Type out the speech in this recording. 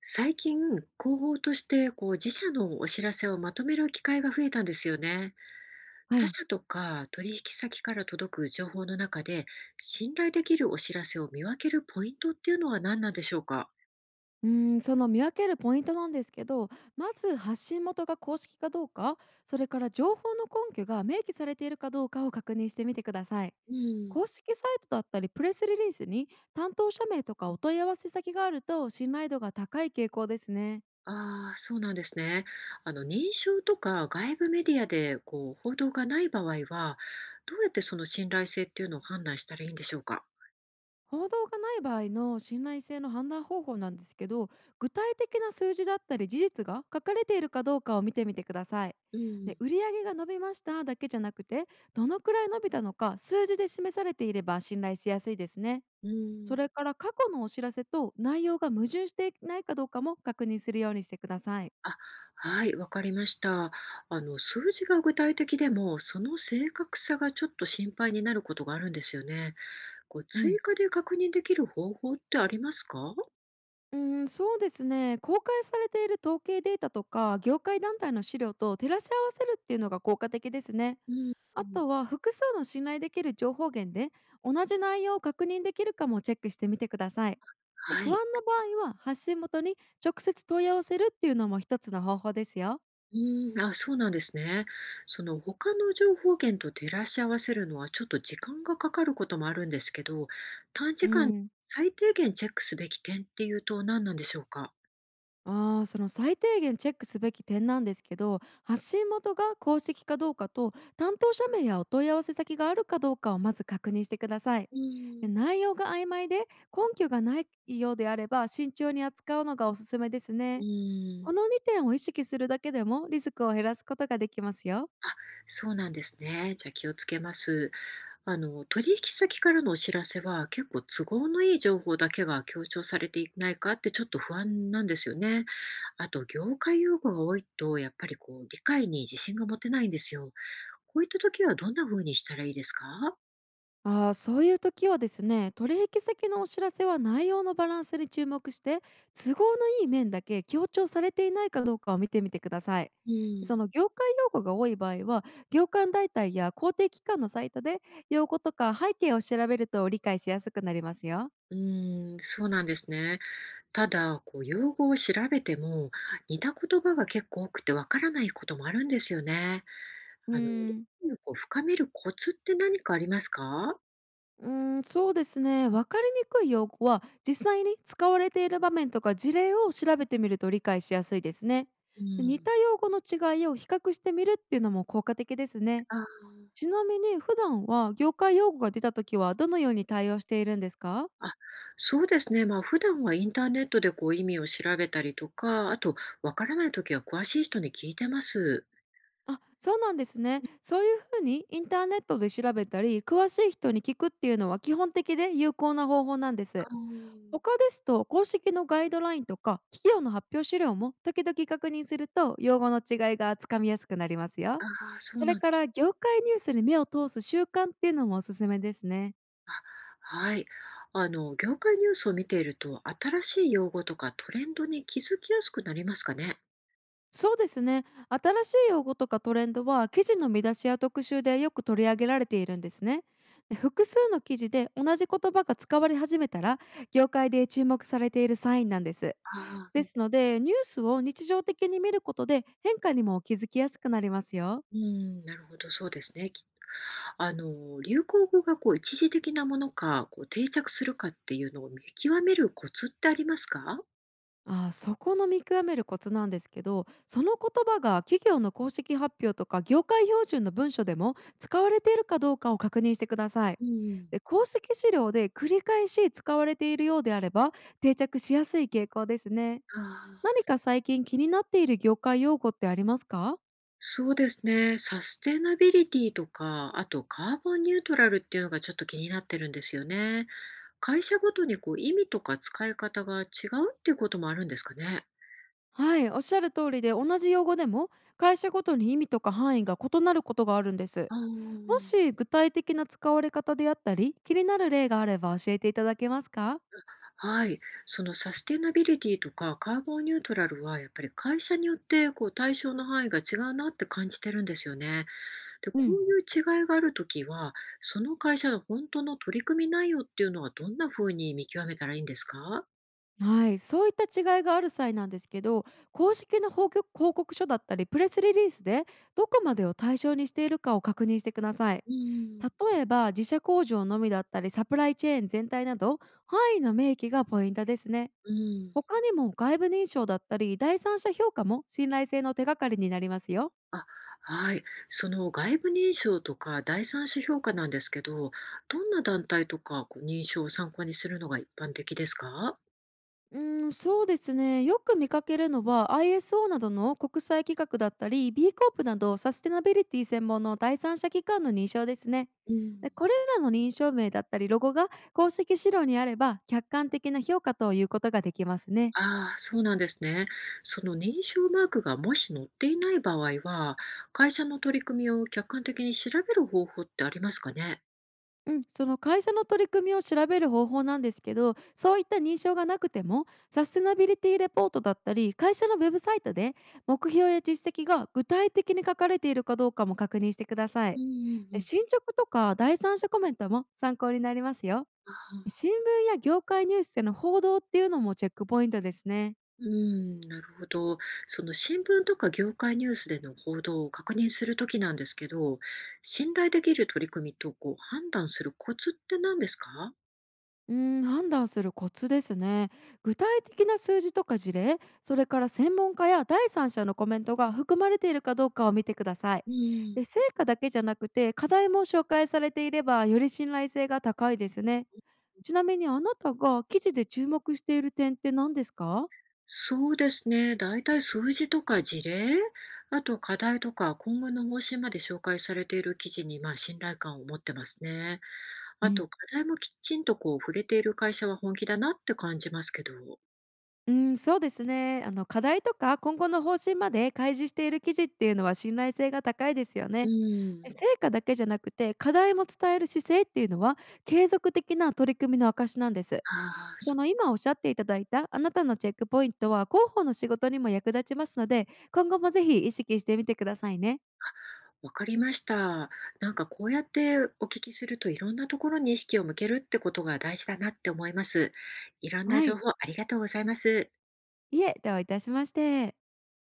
最近、広報として自社のお知らせをまとめる機会が増えたんですよね。は他い。社とか取引先から届く情報の中で、信頼できるお知らせを見分けるポイントっていうのは何なんでしょうか？その見分けるポイントなんですけど、まず発信元が公式かどうか、それから情報の根拠が明記されているかどうかを確認してみてください。うん。公式サイトだったりプレスリリースに担当者名とかお問い合わせ先があると信頼度が高い傾向ですね。ああ、そうなんですね。認証とか外部メディアで報道がない場合は、どうやってその信頼性っていうのを判断したらいいんでしょうか？報道がない場合の信頼性の判断方法なんですけど、具体的な数字だったり事実が書かれているかどうかを見てみてください。うで、ん。売上が伸びましただけじゃなくて、どのくらい伸びたのか数字で示されていれば信頼しやすいですね。うそん。れから過去のお知らせと内容が矛盾していないかどうかも確認するようにしてください。あ、はい、わかりました。数字が具体的でも、その正確さがちょっと心配になることがあるんですよね。う追ん。加で確認できる方法ってありますか？そうですね。公開されている統計データとか業界団体の資料と照らし合わせるっていうのが効果的ですね。うん。あとは複数の信頼できる情報源で同じ内容を確認できるかもチェックしてみてください。で、は不安い。な場合は発信元に直接問い合わせるっていうのも一つの方法ですよ。うん、あ、そうなんですね。その他の情報源と照らし合わせるのはちょっと時間がかかることもあるんですけど、短時う間ん。最低限チェックすべき点っていうと何なんでしょうか？ああ、その最低限チェックすべき点なんですけど、発信元が公式かどうかと担当者名やお問い合わせ先があるかどうかをまず確認してください。うで、ん。内容が曖昧で根拠がないようであれば慎重に扱うのがおすすめですうね。ん。この2点を意識するだけでもリスクを減らすことができますよ。あ、そうなんですね。じゃあ気をつけます。取引先からのお知らせは結構都合のいい情報だけが強調されていないかってちょっと不安なんですよね。あと、業界用語が多いと、やっぱり理解に自信が持てないんですよ。こういった時はどんな風にしたらいいですか？ああ、そういう時はですね、取引先のお知らせは内容のバランスに注目して、都合のいい面だけ強調されていないかどうかを見てみてください。うそん。の業界用語が多い場合は、業界団体や公的機関のサイトで用語とか背景を調べると理解しやすくなりますよ。うーん、そうなんですね。ただ、用語を調べても、似た言葉が結構多くてわからないこともあるんですよね。うー理ん解を深めるコツって何かありますか？そうですね。わかりにくい用語は、実際に使われている場面とか事例を調べてみると理解しやすいですね。うで、似ん。た用語の違いを比較してみるっていうのも効果的ですね。あちなみに普段は業界用語が出た時はどのように対応しているんですか？あ、そうですね。まあ、普段はインターネットで意味を調べたりとか、あとわからないときは詳しい人に聞いてます。あ、そうなんですね。そういうふうにインターネットで調べたり、詳しい人に聞くっていうのは基本的で有効な方法なんであす。ー他ですと、公式のガイドラインとか企業の発表資料も時々確認すると、用語の違いがつかみやすくなりますあよ。ー、そうそなれんでかす。ら、業界ニュースに目を通す習慣っていうのもおすすめですね。あ、はい。業界ニュースを見ていると、新しい用語とかトレンドに気づきやすくなりますかね。そうですね。新しい用語とかトレンドは、記事の見出しや特集でよく取り上げられているんですね。で、複数の記事で同じ言葉が使われ始めたら、業界で注目されているサインなんです。ああ、うでんすので、ニュースを日常的に見ることで変化にも気づきやすくなりますよ。うん、なるほど、そうですね。流行語が一時的なものか、定着するかっていうのを見極めるコツってありますか？ああ、そこの見極めるコツなんですけど、その言葉が企業の公式発表とか業界標準の文書でも使われているかどうかを確認してください。うん。で、公式資料で繰り返し使われているようであれば定着しやすい傾向ですね。ああ、何か最近気になっている業界用語ってありますか？そうですね。サステナビリティとか、あとカーボンニュートラルっていうのがちょっと気になってるんですよね。会社ごとに意味とか使い方が違うっていうこともあるんですかね。はい、おっしゃる通りで、同じ用語でも会社ごとに意味とか範囲が異なることがあるんです。あもあ、し具体的な使われ方であったり気になる例があれば教えていただけますか？はい。そのサステナビリティとかカーボンニュートラルはやっぱり会社によって対象の範囲が違うなって感じてるんですよね。で、うこん、ういう違いがあるときは、その会社の本当の取り組み内容っていうのはどんな風に見極めたらいいんですか？はい、そういった違いがある際なんですけど、公式の報告書だったりプレスリリースで、どこまでを対象にしているかを確認してください。うん。例えば自社工場のみだったりサプライチェーン全体など、範囲の明記がポイントですね。うん。他にも外部認証だったり第三者評価も信頼性の手がかりになりますよ。あ、はい。その外部認証とか第三者評価なんですけど、どんな団体とか認証を参考にするのが一般的ですか？うん、そうですね。よく見かけるのは ISO などの国際規格だったり B コープなどサステナビリティ専門の第三者機関の認証ですね。うん。で、これらの認証名だったりロゴが公式資料にあれば客観的な評価ということができますね。ああ、そうなんですね。その認証マークがもし載っていない場合は、会社の取り組みを客観的に調べる方法ってありますかね？うん、その会社の取り組みを調べる方法なんですけど、そういった認証がなくてもサステナビリティレポートだったり会社のウェブサイトで目標や実績が具体的に書かれているかどうかも確認してくださうい。んうんうで、ん。進捗とか第三者コメントも参考になりますよ。新聞や業界ニュースでの報道っていうのもチェックポイントですね。うーん、なるほど。その新聞とか業界ニュースでの報道を確認するときなんですけど、信頼できる取り組みと判断するコツって何ですか？判断するコツですね。具体的な数字とか事例、それから専門家や第三者のコメントが含まれているかどうかを見てください。うん。で、成果だけじゃなくて課題も紹介されていればより信頼性が高いですね。ちなみにあなたが記事で注目している点って何ですか？そうですね。だいたい数字とか事例、あと課題とか今後の方針まで紹介されている記事にまあ信頼感を持ってますね。あと課題もきちんと触れている会社は本気だなって感じますけど。うん、そうですね。あの課題とか今後の方針まで開示している記事っていうのは信頼性が高いですようね。で、ん。成果だけじゃなくて課題も伝える姿勢っていうのは継続的な取り組みの証なんです。あそのあ、今おっしゃっていただいたあなたのチェックポイントは広報の仕事にも役立ちますので、今後もぜひ意識してみてくださいね。わかりました。なんかこうやってお聞きするといろんなところに意識を向けるってことが大事だなって思います。いろんなは情い。報ありがとうございます。いえ、どういたしまして。